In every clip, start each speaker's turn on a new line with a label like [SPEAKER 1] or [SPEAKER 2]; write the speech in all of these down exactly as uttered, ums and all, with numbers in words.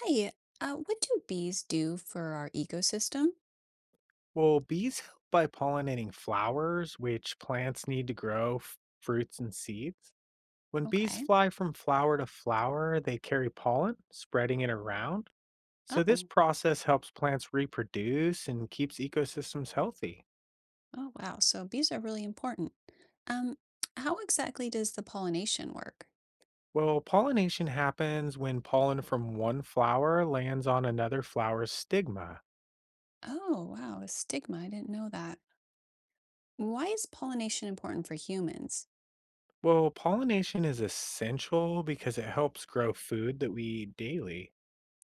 [SPEAKER 1] Hi, uh, what do bees do for our ecosystem?
[SPEAKER 2] Well, bees help by pollinating flowers, which plants need to grow f- fruits and seeds. When bees
[SPEAKER 1] Okay.
[SPEAKER 2] fly from flower to flower, they carry pollen, spreading it around. So, this
[SPEAKER 1] Oh,
[SPEAKER 2] process helps plants reproduce and keeps ecosystems healthy.
[SPEAKER 1] oh wow. So bees are really important. Um, how exactly does the pollination work?
[SPEAKER 2] Well, pollination happens when pollen from one flower lands on another flower's stigma.
[SPEAKER 1] Oh, wow, a stigma. I didn't know that. Why is pollination important for humans?
[SPEAKER 2] Well, pollination is essential because it helps grow food that we eat daily.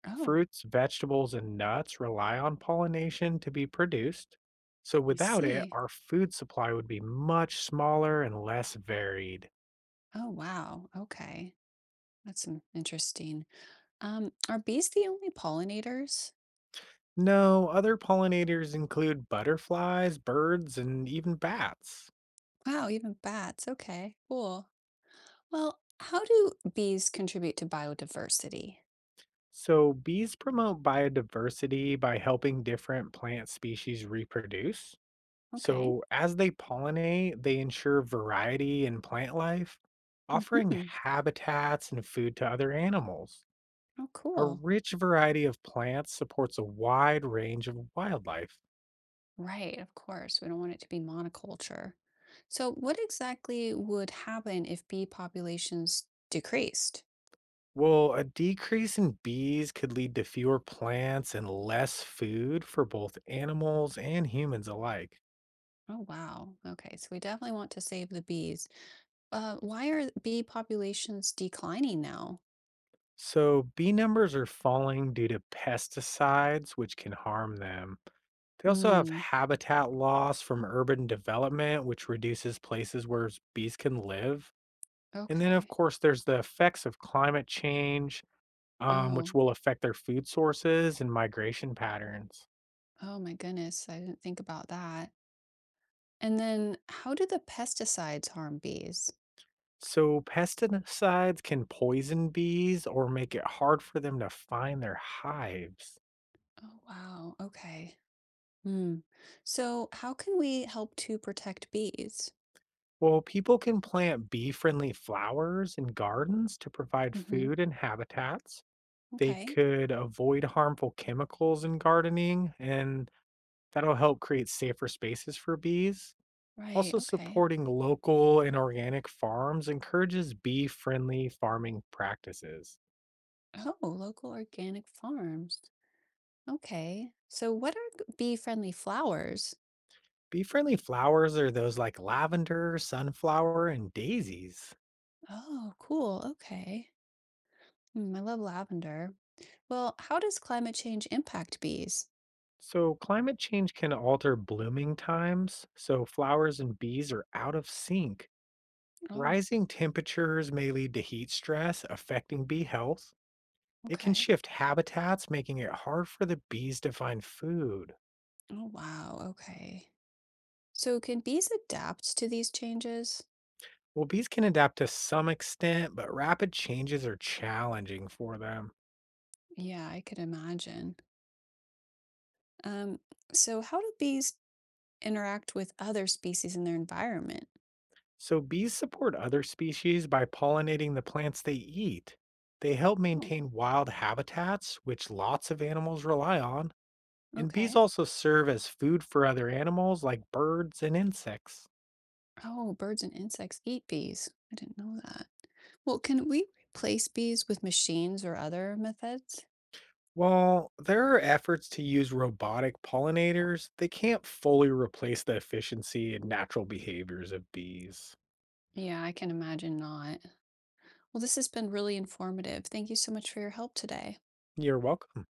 [SPEAKER 1] Oh,
[SPEAKER 2] Fruits, vegetables, and nuts rely on pollination to be produced. So
[SPEAKER 1] I
[SPEAKER 2] without it,
[SPEAKER 1] see.
[SPEAKER 2] our food supply would be much smaller and less varied.
[SPEAKER 1] Oh, wow. Okay. That's some interesting. Um, are bees the only pollinators?
[SPEAKER 2] No, other pollinators include butterflies, birds, and even bats.
[SPEAKER 1] Wow, even bats. Okay, cool. Well, how do bees contribute to biodiversity?
[SPEAKER 2] So bees promote biodiversity by helping different plant species reproduce.
[SPEAKER 1] Okay.
[SPEAKER 2] So as they pollinate, they ensure variety in plant life, offering
[SPEAKER 1] Mm-hmm.
[SPEAKER 2] habitats and food to other animals.
[SPEAKER 1] Oh,
[SPEAKER 2] A
[SPEAKER 1] cool.
[SPEAKER 2] rich variety of plants supports a wide range of wildlife.
[SPEAKER 1] Right, of course. We don't want it to be monoculture. So, what exactly would happen if bee populations decreased?
[SPEAKER 2] Well, a decrease in bees could lead to fewer plants and less food for both animals and humans alike.
[SPEAKER 1] Oh, wow. Okay, so we definitely want to save the bees. Uh, why are bee populations declining now?
[SPEAKER 2] So, bee numbers are falling due to pesticides, which can harm them. They also have
[SPEAKER 1] Mm,
[SPEAKER 2] habitat loss from urban development, which reduces places where s- bees can live. And then, of
[SPEAKER 1] okay.
[SPEAKER 2] course, there's the effects of climate change, um, which
[SPEAKER 1] Oh,
[SPEAKER 2] will affect their food sources and migration patterns.
[SPEAKER 1] oh my goodness. I didn't think about that. And then, how do the pesticides harm bees?
[SPEAKER 2] So, pesticides can poison bees or make it hard for them to find their hives.
[SPEAKER 1] Oh, wow. Okay. Hmm. So, how can we help to protect bees?
[SPEAKER 2] Well, people can plant bee friendly flowers in gardens to provide
[SPEAKER 1] Hmm.
[SPEAKER 2] food and habitats. They
[SPEAKER 1] Okay.
[SPEAKER 2] could avoid harmful chemicals in gardening, and that'll help create safer spaces for bees.
[SPEAKER 1] Right.
[SPEAKER 2] Also,
[SPEAKER 1] Okay.
[SPEAKER 2] supporting local and organic farms encourages bee friendly farming practices.
[SPEAKER 1] Oh, local organic farms. Okay. So, what are bee friendly flowers?
[SPEAKER 2] Bee friendly flowers are those like lavender, sunflower, and daisies.
[SPEAKER 1] Oh, cool. Okay. Mm, I love lavender. Well, how does climate change impact bees?
[SPEAKER 2] So, climate change can alter blooming times, so flowers and bees are out of sync.
[SPEAKER 1] Oh,
[SPEAKER 2] Rising temperatures may lead to heat stress, affecting bee health. It can
[SPEAKER 1] okay.
[SPEAKER 2] shift habitats, making it hard for the bees to find food.
[SPEAKER 1] Oh, wow. Okay. So, can bees adapt to these changes?
[SPEAKER 2] Well, bees can adapt to some extent, but rapid changes are challenging for them.
[SPEAKER 1] Yeah, I could imagine. Um, so, how do bees interact with other species in their environment?
[SPEAKER 2] So, bees support other species by pollinating the plants they eat. They help
[SPEAKER 1] Oh,
[SPEAKER 2] maintain wild habitats, which lots of animals rely on, and bees
[SPEAKER 1] okay.
[SPEAKER 2] also serve as food for other animals like birds and insects.
[SPEAKER 1] Oh, birds and insects eat bees. I didn't know that. Well, can we replace bees with machines or other methods?
[SPEAKER 2] While there are efforts to use robotic pollinators, they can't fully replace the efficiency and natural behaviors of bees.
[SPEAKER 1] Yeah, I can imagine not. Well, this has been really informative. Thank you so much for your help today.
[SPEAKER 2] You're welcome.